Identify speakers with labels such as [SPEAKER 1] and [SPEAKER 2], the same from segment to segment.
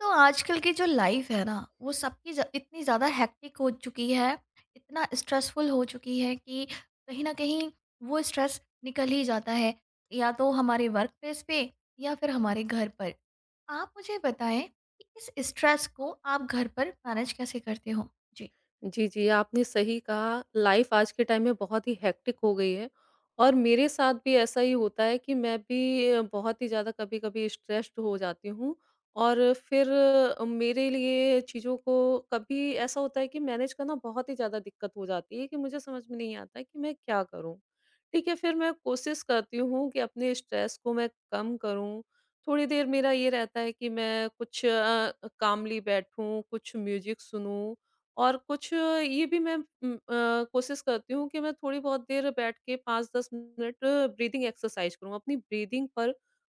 [SPEAKER 1] तो आजकल की जो लाइफ है ना वो सबकी इतनी ज़्यादा हेक्टिक हो चुकी है। इतना स्ट्रेसफुल हो चुकी है कि कहीं ना कहीं वो स्ट्रेस निकल ही जाता है। या तो हमारे वर्क प्लेस पे या फिर हमारे घर पर। आप मुझे बताएं कि इस स्ट्रेस को आप घर पर मैनेज कैसे करते हो? जी।
[SPEAKER 2] जी, जी, आपने सही कहा, लाइफ़ आज के टाइम में बहुत ही हेक्टिक हो गई है और मेरे साथ भी ऐसा ही होता है कि मैं भी बहुत ही ज़्यादा कभी-कभी स्ट्रेस्ड हो जाती हूँ और फिर मेरे लिए चीज़ों को कभी ऐसा होता है कि मैनेज करना बहुत ही ज़्यादा दिक्कत हो जाती है कि मुझे समझ में नहीं आता है कि मैं क्या करूँ? ठीक है, फिर मैं कोशिश करती हूँ कि अपने स्ट्रेस को मैं कम करूँ, थोड़ी देर मेरा ये रहता है कि मैं कुछ कामली बैठूँ, कुछ म्यूज़िक सुनूँ और कुछ ये भी मैं कोशिश करती हूँ कि मैं थोड़ी बहुत देर बैठ के 5-10 मिनट ब्रीथिंग एक्सरसाइज़ करूँ, अपनी ब्रीथिंग पर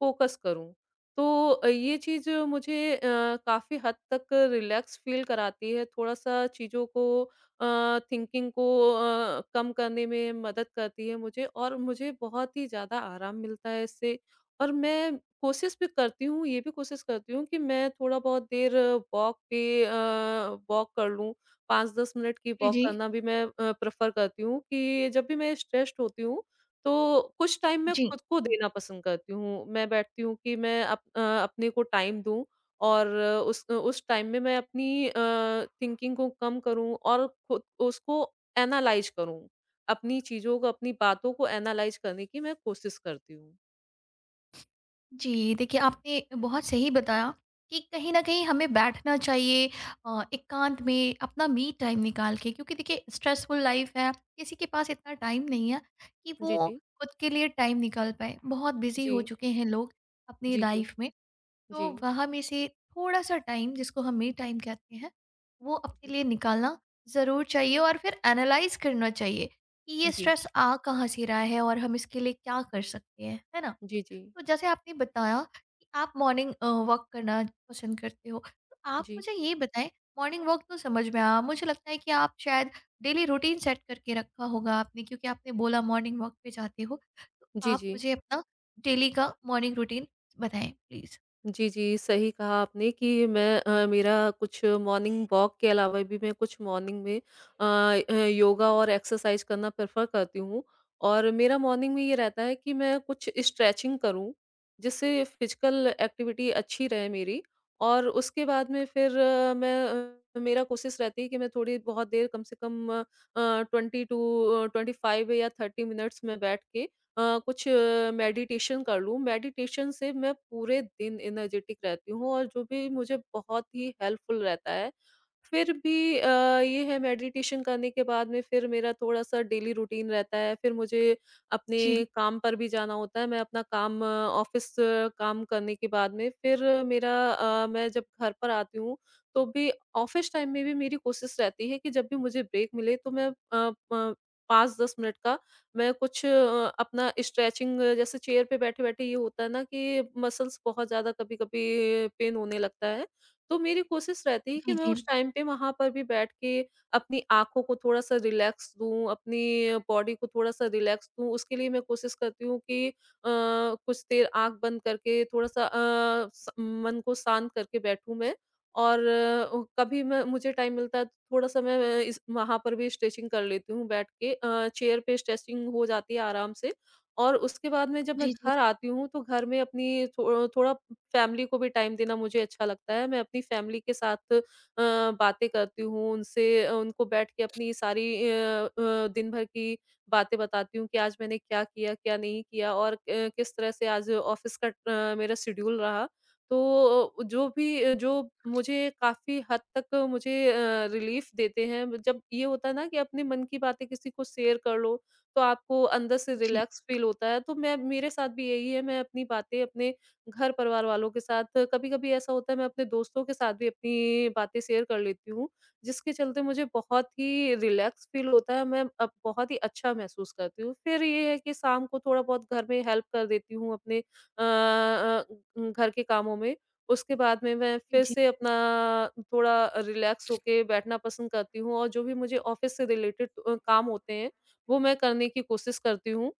[SPEAKER 2] फ़ोकस करूँ। तो ये चीज़ मुझे काफ़ी हद तक रिलैक्स फ़ील कराती है, थोड़ा-सा चीज़ों को थिंकिंग को कम करने में मदद करती है मुझे और मुझे बहुत ही ज़्यादा आराम मिलता है इससे। और मैं कोशिश भी करती हूँ, ये भी कोशिश करती हूँ कि मैं थोड़ा बहुत देर वॉक पे वॉक कर लूँ 5-10 मिनट की
[SPEAKER 1] जी।
[SPEAKER 2] वॉक
[SPEAKER 1] जी।
[SPEAKER 2] करना भी मैं प्रेफ़र करती हूँ कि जब भी मैं स्ट्रेस्ड होती हूँ, तो कुछ टाइम मैं
[SPEAKER 1] जी।
[SPEAKER 2] खुद को देना पसंद करती हूँ। मैं बैठती हूँ कि मैं अपने को टाइम दूँ और उस टाइम में मैं अपनी थिंकिंग को कम करूँ और खुद उसको एनालाइज़ करूँ। अपनी चीज़ों को, अपनी बातों को एनालाइज़ करने की मैं कोशिश करती हूँ।
[SPEAKER 1] जी, देखिए आपने बहुत सही बताया कि कहीं न कहीं हमें बैठना चाहिए, एकांत में अपना मी टाइम निकाल के, क्योंकि देखिए स्ट्रेसफुल लाइफ़ है, किसी के पास इतना टाइम नहीं है कि
[SPEAKER 2] जी,
[SPEAKER 1] वो
[SPEAKER 2] जी।
[SPEAKER 1] खुद के लिए टाइम निकाल पाएँ। बहुत बिज़ी हो
[SPEAKER 2] जी।
[SPEAKER 1] चुके हैं लोग अपनी
[SPEAKER 2] जी, जी।
[SPEAKER 1] लाइफ़ में।
[SPEAKER 2] जी।
[SPEAKER 1] तो वहाँ में से थोड़ा-सा टाइम जिसको हम मी टाइम कहते हैं, वो अपने
[SPEAKER 2] जी।
[SPEAKER 1] लिए निकालना ज़रूर चाहिए और फिर एनालाइज़ करना चाहिए कि ये
[SPEAKER 2] जी।
[SPEAKER 1] स्ट्रेस आ कहाँ से रहा है और हम इसके लिए क्या कर सकते हैं, है ना?
[SPEAKER 2] जी, जी।
[SPEAKER 1] तो जैसे आपने बताया कि आप मॉर्निंग वॉक करना पसंद करते हो, तो आप
[SPEAKER 2] जी।
[SPEAKER 1] मुझे ये बताएँ। मॉर्निंग वॉक तो समझ में आया, मुझे लगता है कि आप शायद डेली रूटीन सेट करके रखा होगा आपने, क्योंकि आपने बोला मॉर्निंग वॉक पे जाते हो। तो
[SPEAKER 2] जी, जी।
[SPEAKER 1] आप
[SPEAKER 2] जी,
[SPEAKER 1] मुझे अपना डेली का मॉर्निंग रूटीन बताएँ प्लीज़?
[SPEAKER 2] जी, जी, सही कहा आपने कि मैं मेरा कुछ मॉर्निंग वॉक के अलावा भी मैं कुछ मॉर्निंग में अ योगा और एक्सरसाइज़ करना प्रेफ़र करती हूँ और मेरा मॉर्निंग में ये रहता है कि मैं कुछ स्ट्रेचिंग करूँ, जिससे फ़िज़िकल एक्टिविटी अच्छी रहे मेरी और उसके बाद में फिर मैं मेरा कोशिश रहती है कि मैं थोड़ी बहुत देर कम से कम 20 टू 25 या 30 मिनट्स मैं बैठ के कुछ मेडिटेशन कर लूँ, मेडिटेशन से मैं पूरे दिन एनर्जेटिक रहती हूँ और जो भी मुझे बहुत ही हेल्पफुल रहता है। फिर भी अ, ये है मेडिटेशन करने के बाद में फिर मेरा थोड़ा-सा डेली रूटीन रहता है। फिर मुझे अपने
[SPEAKER 1] जी।
[SPEAKER 2] काम पर भी जाना होता है। मैं अपना काम ऑफ़िस काम करने के बाद में फिर मेरा मैं जब घर पर आती हूँ, तो भी ऑफ़िस टाइम में भी मेरी कोशिश रहती है कि जब भी मुझे ब्रेक मिले तो मैं अ, प 5-10 मिनट का मैं कुछ अपना स्ट्रेचिंग जैसे चेयर पे बैठे-बैठे ये होता है ना कि मसल्स बहुत ज़्यादा कभी-कभी पेन होने लगता है। तो मेरी कोशिश रहती है कि
[SPEAKER 1] जी,
[SPEAKER 2] मैं
[SPEAKER 1] जी।
[SPEAKER 2] उस टाइम पे वहाँ पर भी बैठ के अपनी आँखों को थोड़ा-सा रिलैक्स दूँ, अपनी बॉडी को थोड़ा-सा रिलैक्स दूँ। उसके लिए मैं कोशिश करती हूँ कि कुछ देर आँख बंद करके थोड़ा-सा अ, स मन को शांत करके बैठूँ मैं और कभी मैं मुझे टाइम मिलता है तो थोड़ा-सा मैं अ, इस वहाँ पर भी स्ट्रेचिंग कर लेती हूँ बैठ के। चेयर पे स्ट्रेचिंग हो जाती है आराम से। और उसके बाद में जब मैं
[SPEAKER 1] जी, जी।
[SPEAKER 2] घर आती हूँ, तो घर में अपनी थो थोड़ा फैमिली को भी टाइम देना मुझे अच्छा लगता है। मैं अपनी फैमिली के साथ बातें करती हूँ, उनसे उनको बैठ के अपनी सारी दिन भर की बातें बताती हूँ कि आज मैंने क्या किया, क्या नहीं किया और किस तरह से आज ऑफ़िस का मेरा शेड्यूल रहा। तो जो भी जो मुझे काफ़ी हद तक मुझे रिलीफ़ देते हैं। जब ये होता है ना कि अपने मन की बातें किसी को शेयर कर लो, तो आपको अंदर से
[SPEAKER 1] जी,
[SPEAKER 2] रिलैक्स फ़ील होता है। तो मैं मेरे साथ भी यही है, मैं अपनी बातें अपने घर-परिवार वालों के साथ कभी-कभी ऐसा होता है मैं अपने दोस्तों के साथ भी अपनी बातें शेयर कर लेती हूँ, जिसके चलते मुझे बहुत ही रिलैक्स फ़ील होता है, मैं अब बहुत ही अच्छा महसूस करती हूँ। फिर ये है कि शाम को थोड़ा बहुत घर में हेल्प कर देती हूँ अपने अ अ, घर के कामों में। उसके बाद में मैं
[SPEAKER 1] जी,
[SPEAKER 2] फिर
[SPEAKER 1] जी।
[SPEAKER 2] से अपना थोड़ा रिलैक्स होके बैठना पसंद करती हूँ और जो भी मुझे ऑफ़िस से रिलेटेड काम होते हैं, वो मैं करने की कोशिश करती हूँ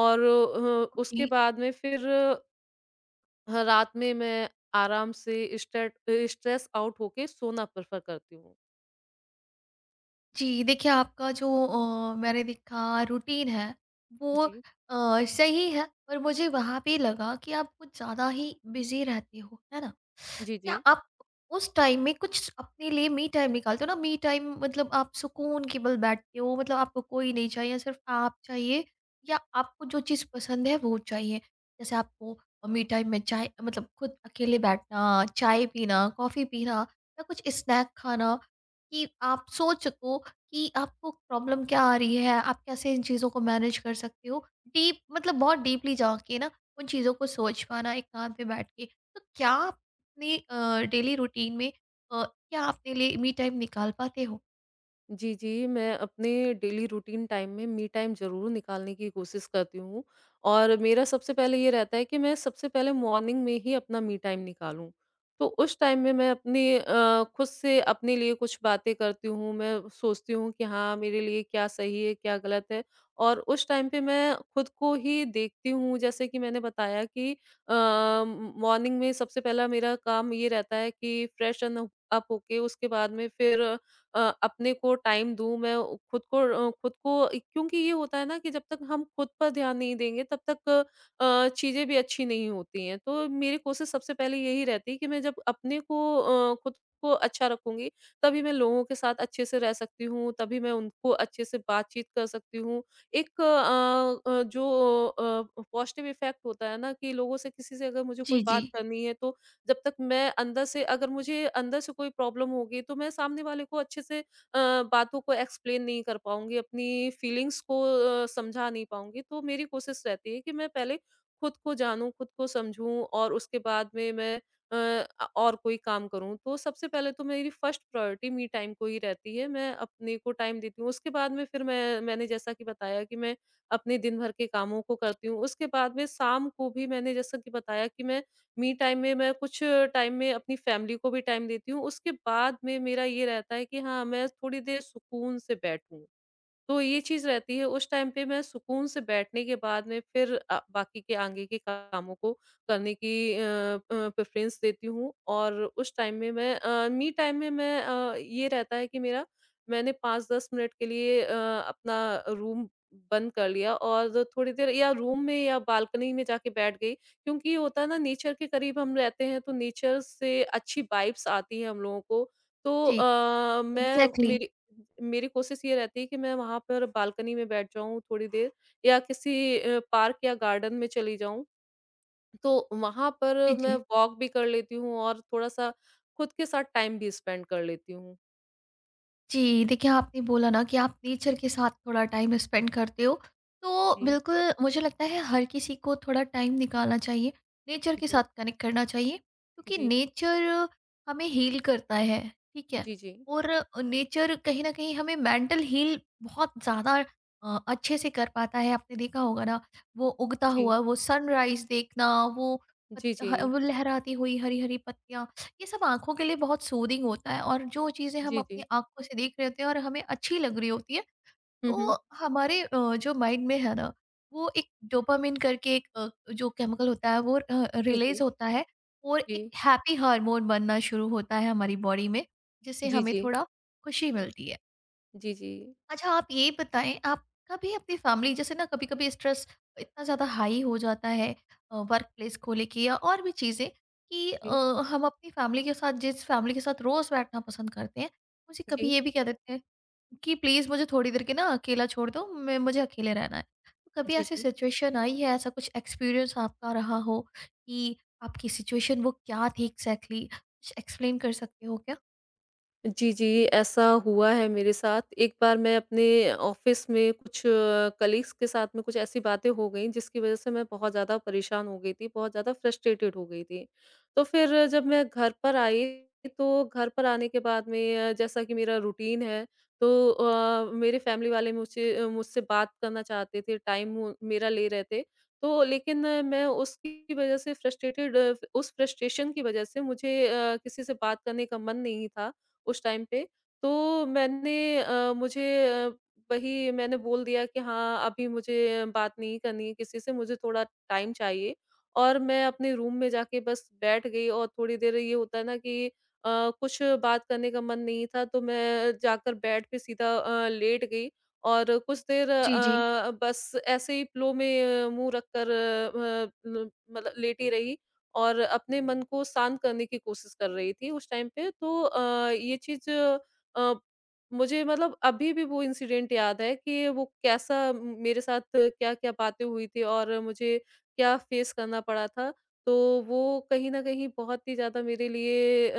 [SPEAKER 2] और
[SPEAKER 1] ओके।
[SPEAKER 2] उसके बाद में फिर ह रात में मैं आराम से स्ट्रेस आउट होके सोना प्रेफ़र करती हूँ।
[SPEAKER 1] जी, देखिए आपका जो मैंने देखा रूटीन है, वो
[SPEAKER 2] जी।
[SPEAKER 1] सही है, पर मुझे वहाँ पे लगा कि आप कुछ ज़्यादा ही बिज़ी रहते हो, है ना?
[SPEAKER 2] जी,
[SPEAKER 1] क्या
[SPEAKER 2] जी।
[SPEAKER 1] आप उस टाइम में कुछ अपने लिए मी टाइम निकालते हो ना? मी टाइम मतलब आप सुकून केवल बैठते हो, मतलब आपको कोई नहीं चाहिए, सिर्फ़ आप चाहिए या आपको जो चीज़ पसंद है वो चाहिए? जैसे आपको मी टाइम में चाय, मतलब खुद अकेले बैठना, चाय पीना, कॉफ़ी पीना या कुछ स्नैक खाना, कि आप सोच सको कि आपको प्रॉब्लम क्या आ रही है, आप कैसे इन चीज़ों को मैनेज कर सकते हो। डीप मतलब बहुत डीपली जाके ना उन चीज़ों को सोच पाना एक काम पे बैठ के। तो क्या आप अपनी डेली रूटीन में क्या आप अपने लिए मी टाइम निकाल पाते हो?
[SPEAKER 2] जी, जी, मैं अपने डेली रूटीन टाइम में मी टाइम ज़रूर निकालने की कोशिश करती हूँ और मेरा सबसे पहले ये रहता है कि मैं सबसे पहले मॉर्निंग में ही अपना मी टाइम निकालूँ। तो उस टाइम में मैं अपने खुद से अपने लिए कुछ बातें करती हूँ, मैं सोचती हूँ कि हाँ, मेरे लिए क्या सही है, क्या गलत है और उस टाइम पे मैं खुद को ही देखती हूँ। जैसे कि मैंने बताया कि मॉर्निंग में सबसे पहला मेरा काम ये रहता है कि फ्रेशन अप होके उसके बाद में फिर अपने को टाइम दूँ, मैं उ खुद को खुद को क्योंकि ये होता है ना कि जब तक हम खुद पर ध्यान नहीं देंगे तब तक चीज़ें भी अच्छी नहीं होती हैं। तो मेरी कोशिश सबसे पहले यही रहती है कि मैं जब अपने को खुद को अच्छा रखूँगी, तभी मैं लोगों के साथ अच्छे से रह सकती हूँ, तभी मैं उनको अच्छे से बातचीत कर सकती हूँ। एक जो पॉज़िटिव इफ़ेक्ट होता है ना कि लोगों से किसी से अगर मुझे कोई
[SPEAKER 1] जी, जी।
[SPEAKER 2] बात करनी है तो जब तक मैं अंदर से अगर मुझे अंदर से कोई प्रॉब्लम होगी तो मैं सामने वाले को अच्छे से बातों को एक्सप्लेन नहीं कर पाऊँगी, अपनी फीलिंग्स को समझा नहीं पाऊँगी। तो मेरी कोशिश रहती है कि मैं पहले खुद को जानूँ, खुद को समझूँ और उसके बाद में मैं और कोई काम करूँ। तो सबसे पहले तो मेरी फर्स्ट प्रायोरिटी मी टाइम को ही रहती है, मैं अपने को टाइम देती हूँ। उसके बाद में फिर मैंने जैसा कि बताया कि मैं अपने दिन भर के कामों को करती हूँ। उसके बाद में शाम को भी मैंने जैसा कि बताया कि मैं मी टाइम में मैं कुछ टाइम में अपनी फैमिली को भी टाइम देती हूँ। उसके बाद में मेरा ये रहता है कि हाँ, मैं थोड़ी देर सुकून से बैठूँ। तो ये चीज़ रहती है, उस टाइम पे मैं सुकून से बैठने के बाद में फिर बाकी के आगे के कामों को करने की प्रेफ़रेंस देती हूँ और उस टाइम में मैं मी टाइम में मैं ये रहता है कि मेरा मैंने 5-10 मिनट के लिए अपना रूम बंद कर लिया और जो थोड़ी देर या रूम में या बालकनी में जाके बैठ गई, क्योंकि ये होता है ना नेचर के करीब हम रहते हैं, तो नेचर से अच्छी वाइब्स आती है हम लोगों को। तो
[SPEAKER 1] जी,
[SPEAKER 2] मैं
[SPEAKER 1] एग्ज़ैक्टली।
[SPEAKER 2] मेरी मेरी कोशिश ये रहती है कि मैं वहाँ पर बालकनी में बैठ जाऊँ थोड़ी देर या किसी पार्क या गार्डन में चली जाऊँ। तो वहाँ
[SPEAKER 1] जी,
[SPEAKER 2] पर मैं
[SPEAKER 1] जी।
[SPEAKER 2] वॉक भी कर लेती हूँ और थोड़ा-सा खुद के साथ टाइम भी स्पेंड कर लेती हूँ।
[SPEAKER 1] जी, देखिए आपने बोला ना कि आप नेचर के साथ थोड़ा टाइम स्पेंड करते हो, तो
[SPEAKER 2] जी,
[SPEAKER 1] बिल्कुल मुझे लगता है हर किसी को थोड़ा टाइम निकालना चाहिए, नेचर के
[SPEAKER 2] जी,
[SPEAKER 1] साथ कनेक्ट करना चाहिए क्योंकि
[SPEAKER 2] जी,
[SPEAKER 1] नेचर हमें हील करता है, ठीक है?
[SPEAKER 2] जी,
[SPEAKER 1] और नेचर कहीं न कहीं हमें मेंटल हील बहुत ज़्यादा अच्छे से कर पाता है, आपने देखा होगा ना। वो उगता
[SPEAKER 2] जी,
[SPEAKER 1] हुआ,
[SPEAKER 2] जी,
[SPEAKER 1] वो सनराइज़ देखना, वो पत
[SPEAKER 2] जी, जी,
[SPEAKER 1] ह वो लहराती हुई हरी-हरी पत्तियाँ, ये सब आँखों के लिए बहुत सूदिंग होता है और जो चीज़ें हम
[SPEAKER 2] जी,
[SPEAKER 1] अपनी
[SPEAKER 2] जी।
[SPEAKER 1] आँखों से देख रहे होते हैं और हमें अच्छी लग रही होती है,
[SPEAKER 2] हुँ, हुँ।
[SPEAKER 1] तो हमारे जो माइंड में है ना, वो एक डोपामाइन करके एक जो केमिकल होता है वो
[SPEAKER 2] जी,
[SPEAKER 1] रिलीज़
[SPEAKER 2] जी,
[SPEAKER 1] होता है और
[SPEAKER 2] जी,
[SPEAKER 1] एक हैप्पी हार्मोन बनना शुरू होता है हमारी बॉडी में, जिससे
[SPEAKER 2] जी,
[SPEAKER 1] हमें
[SPEAKER 2] जी,
[SPEAKER 1] थोड़ा खुशी मिलती है।
[SPEAKER 2] जी, जी,
[SPEAKER 1] अच्छा आप ये बताएँ, आप कभी अपनी फैमिली जैसे ना कभी-कभी स्ट्रेस इतना ज़्यादा हाई हो जाता है वर्क प्लेस को लेके या और भी चीज़ें कि
[SPEAKER 2] जी,
[SPEAKER 1] हम अपनी फैमिली के साथ, जिस फैमिली के साथ रोज़ बैठना पसंद करते हैं, उसे कभी
[SPEAKER 2] जी,
[SPEAKER 1] ये भी कह देते हैं कि प्लीज़ मुझे थोड़ी देर के ना अकेला छोड़ दो, मैं मुझे अकेले रहना है। तो कभी
[SPEAKER 2] जी,
[SPEAKER 1] ऐसी
[SPEAKER 2] जी।
[SPEAKER 1] सिचुएशन आई है, ऐसा कुछ एक्सपीरियंस आपका रहा हो कि आपकी सिचुएशन वो क्या थी एग्ज़ैक्टली? कुछ एक्सप्लेन कर सकते हो क्या?
[SPEAKER 2] जी, जी, ऐसा हुआ है मेरे साथ। एक बार मैं अपने ऑफ़िस में कुछ कलीग्स के साथ में कुछ ऐसी बातें हो गईं, जिसकी वज़ह से मैं बहुत ज़्यादा परेशान हो गई थी, बहुत ज़्यादा फ्रस्ट्रेटेड हो गई थी। तो फिर जब मैं घर पर आई, तो घर पर आने के बाद में जैसा कि मेरा रूटीन है, तो मेरे फ़ैमिली वाले मुझे मुझसे बात करना चाहते थे, टाइम वो मेरा ले रहे थे। तो लेकिन मैं उसकी वज़ह से फ्रस्ट्रेटेड उस फ्रस्ट्रेशन की वज़ह से मुझे किसी से बात करने का मन नहीं था। उस टाइम पे। तो मैंने मुझे वही मैंने बोल दिया कि हाँ, अभी मुझे बात नहीं करनी है किसी से, मुझे थोड़ा टाइम चाहिए और मैं अपने रूम में जाके बस बैठ गई और थोड़ी देर ये होता है ना कि अ, कुछ बात करने का मन नहीं था, तो मैं जाकर बेड पे सीधा लेट गई और कुछ देर
[SPEAKER 1] जी, जी।
[SPEAKER 2] बस ऐसे ही पिलो में मुँह रखकर अ, म मतलब लेटी रही और अपने मन को शांत करने की कोशिश कर रही थी उस टाइम पे तो ये चीज़ अ, मुझे मतलब अभी भी वो इंसिडेंट याद है कि वो कैसा मेरे साथ क्या-क्या बातें हुई थी और मुझे क्या फेस करना पड़ा था। तो वो कहीं न कहीं बहुत ही ज़्यादा मेरे लिए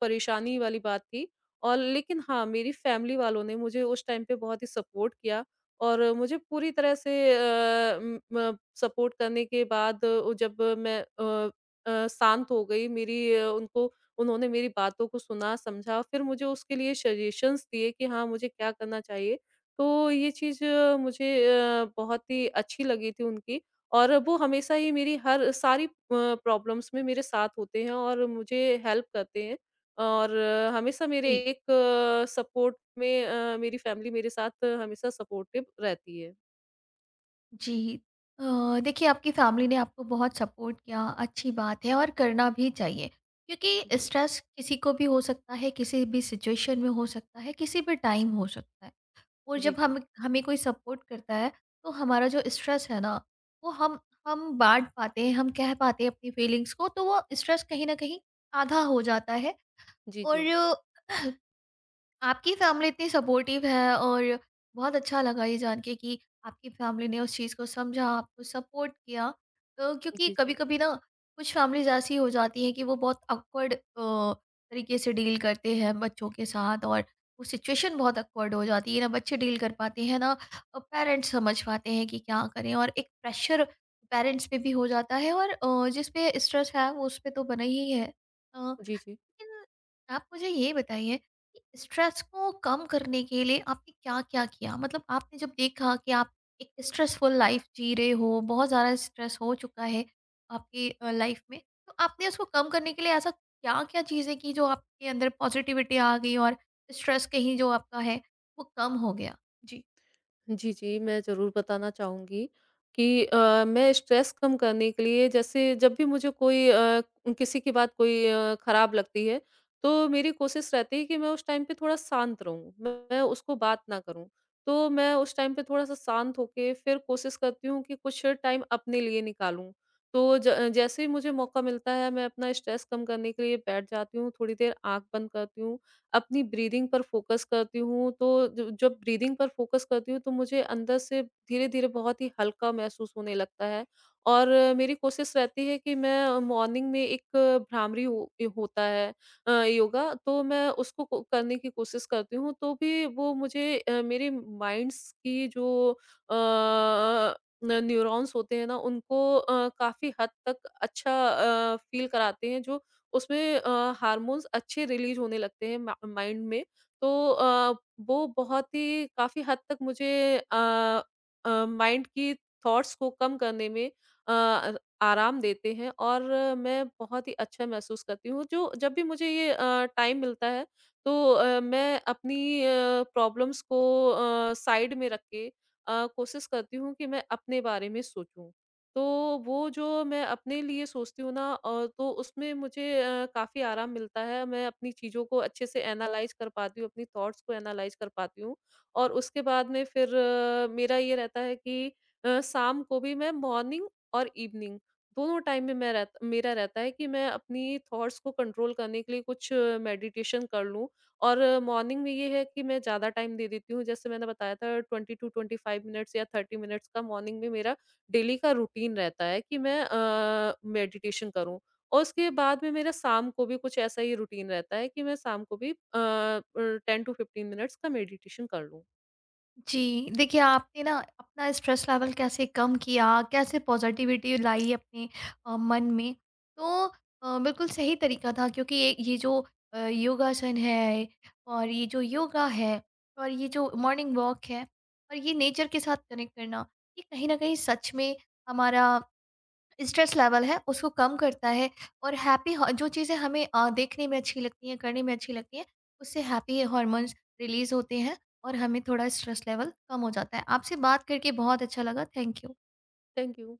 [SPEAKER 2] परेशानी वाली बात थी और लेकिन हाँ, मेरी फैमिली वालों ने मुझे उस टाइम पे बहुत ही सपोर्ट किया और मुझे पूरी तरह से अ, उम, म सपोर्ट करने के बाद जब मैं शांत हो गई मेरी उनको उन्होंने मेरी बातों को सुना, समझा फिर मुझे उसके लिए सजेशंस दिए कि हाँ, मुझे क्या करना चाहिए। तो ये चीज़ मुझे बहुत ही अच्छी लगी थी उनकी और वो हमेशा ही मेरी हर सारी प्रॉब्लम्स में मेरे साथ होते हैं और मुझे हेल्प करते हैं और हमेशा मेरे
[SPEAKER 1] जी।
[SPEAKER 2] एक सपोर्ट में मेरी फैमिली मेरे साथ हमेशा सपोर्टिव रहती है।
[SPEAKER 1] जी। देखिए आपकी फैमिली ने आपको बहुत सपोर्ट किया, अच्छी बात है और करना भी चाहिए। क्योंकि
[SPEAKER 2] जी,
[SPEAKER 1] स्ट्रेस किसी को भी हो सकता है, किसी भी सिचुएशन में हो सकता है, किसी भी टाइम हो सकता है। और
[SPEAKER 2] जी,
[SPEAKER 1] जब
[SPEAKER 2] जी।
[SPEAKER 1] हम हमें कोई सपोर्ट करता है, तो हमारा जो स्ट्रेस है ना, वो हम बाँट पाते हैं, हम कह पाते हैं अपनी फीलिंग्स को, तो वो स्ट्रेस कहीं न कहीं आधा हो जाता है
[SPEAKER 2] जी, जी।
[SPEAKER 1] और आपकी फैमिली इतनी सपोर्टिव है और बहुत अच्छा लगा ये जान के कि आपकी फैमिली ने उस चीज़ को समझा, आपको सपोर्ट किया। तो क्योंकि
[SPEAKER 2] जी, जी।
[SPEAKER 1] कभी-कभी ना कुछ फैमिलीज़ ऐसी हो जाती हैं कि वो बहुत ऑकवर्ड तरीके से डील करते हैं बच्चों के साथ और वो सिचुएशन बहुत ऑकवर्ड हो जाती है। ना बच्चे डील कर पाते हैं, ना पेरेंट्स समझ पाते हैं कि क्या करें और एक प्रेशर पेरेंट्स पे भी हो जाता है और जिस पे स्ट्रेस है वो उस पे तो बना ही है। अ
[SPEAKER 2] जी, जी।
[SPEAKER 1] लेकिन आप मुझे ये बताइए कि स्ट्रेस को कम करने के लिए आपने क्या-क्या किया? मतलब आपने जब देखा कि आप एक स्ट्रेसफुल लाइफ जी रहे हो, बहुत ज़्यादा स्ट्रेस हो चुका है आपकी लाइफ में, तो आपने उसको कम करने के लिए ऐसा क्या-क्या चीज़ें की जो आपके अंदर पॉजिटिविटी आ गई और स्ट्रेस कहीं जो आपका है, वो कम हो गया? जी।
[SPEAKER 2] जी, जी, मैं ज़रूर बताना चाहूँगी कि मैं स्ट्रेस कम करने के लिए जैसे जब भी मुझे कोई किसी की बात कोई खराब लगती है, तो मेरी कोशिश रहती है कि मैं उस टाइम पे थोड़ा शांत रहूँ, मैं उसको बात ना करूँ। तो मैं उस टाइम पे थोड़ा-सा शांत होके फिर कोशिश करती हूँ कि कुछ टाइम अपने लिए निकालूँ। तो जैसे ही मुझे मौका मिलता है, मैं अपना स्ट्रेस कम करने के लिए बैठ जाती हूँ, थोड़ी देर आँख बंद करती हूँ अपनी ब्रीदिंग पर फ़ोकस करती हूँ, तो ज जब ब्रीदिंग पर फ़ोकस करती हूँ, तो मुझे अंदर से धीरे-धीरे बहुत ही हल्का महसूस होने लगता है और मेरी कोशिश रहती है कि मैं मॉर्निंग में एक भ्रामरी हो ए होता है योगा, तो मैं उसको को करने की कोशिश करती हूँ, तो भी वो मुझे मेरे माइंड्स की जो अ अ, न न्यूरॉन्स होते हैं ना, उनको काफ़ी हद तक अच्छा फ़ील कराते हैं, जो उसमें हार्मोन्स अच्छे रिलीज़ होने लगते हैं मा माइंड में। तो वो बहुत ही काफ़ी हद तक मुझे अ माइंड की थॉट्स को कम करने में अ, अर आराम देते हैं और मैं बहुत ही अच्छा महसूस करती हूँ। जो जब भी मुझे ये टाइम मिलता है तो मैं अपनी प्रॉब्लम्स को साइड में रख के कोशिश करती हूँ कि मैं अपने बारे में सोचूँ। तो वो जो मैं अपने लिए सोचती हूँ ना तो उसमें मुझे काफ़ी आराम मिलता है। मैं अपनी चीज़ों को अच्छे से एनालाइज़ कर पाती हूँ, अपनी थॉट्स को एनालाइज़ कर पाती हूँ और उसके बाद में फिर मेरा ये रहता है कि शाम को भी मैं मॉर्निंग और इवनिंग दोनों टाइम में मैं रह मेरा रहता है कि मैं अपनी थॉट्स को कंट्रोल करने के लिए कुछ मेडिटेशन कर लूँ और मॉर्निंग में ये है कि मैं ज़्यादा टाइम दे देती हूँ। जैसे मैंने बताया था 20 टू 25 मिनट्स या 30 मिनट्स का मॉर्निंग में मेरा डेली का रूटीन रहता है कि मैं मेडिटेशन करूँ और उसके बाद में मेरा शाम को भी कुछ ऐसा ही रूटीन रहता है कि मैं शाम को भी 10 टू 15 मिनट्स का मेडिटेशन कर लूँ।
[SPEAKER 1] जी, देखिए आपने ना अपना स्ट्रेस लेवल कैसे कम किया, कैसे पॉज़िटिविटी लाई अपने मन में, तो बिल्कुल सही तरीका था, क्योंकि ये जो योगासन है और ये जो योगा है और ये जो मॉर्निंग वॉक है और ये नेचर के साथ कनेक्ट करना, ये कहीं न कहीं सच में हमारा स्ट्रेस लेवल है उसको कम करता है और हैप्पी हॉ जो चीज़ें हमें देखने में अच्छी लगती हैं, करने में अच्छी लगती हैं, उससे हैप्पी हॉर्मोन्स रिलीज़ होते हैं और हमें थोड़ा स्ट्रेस लेवल कम हो जाता है। आपसे बात करके बहुत अच्छा लगा। Thank you.
[SPEAKER 2] Thank you.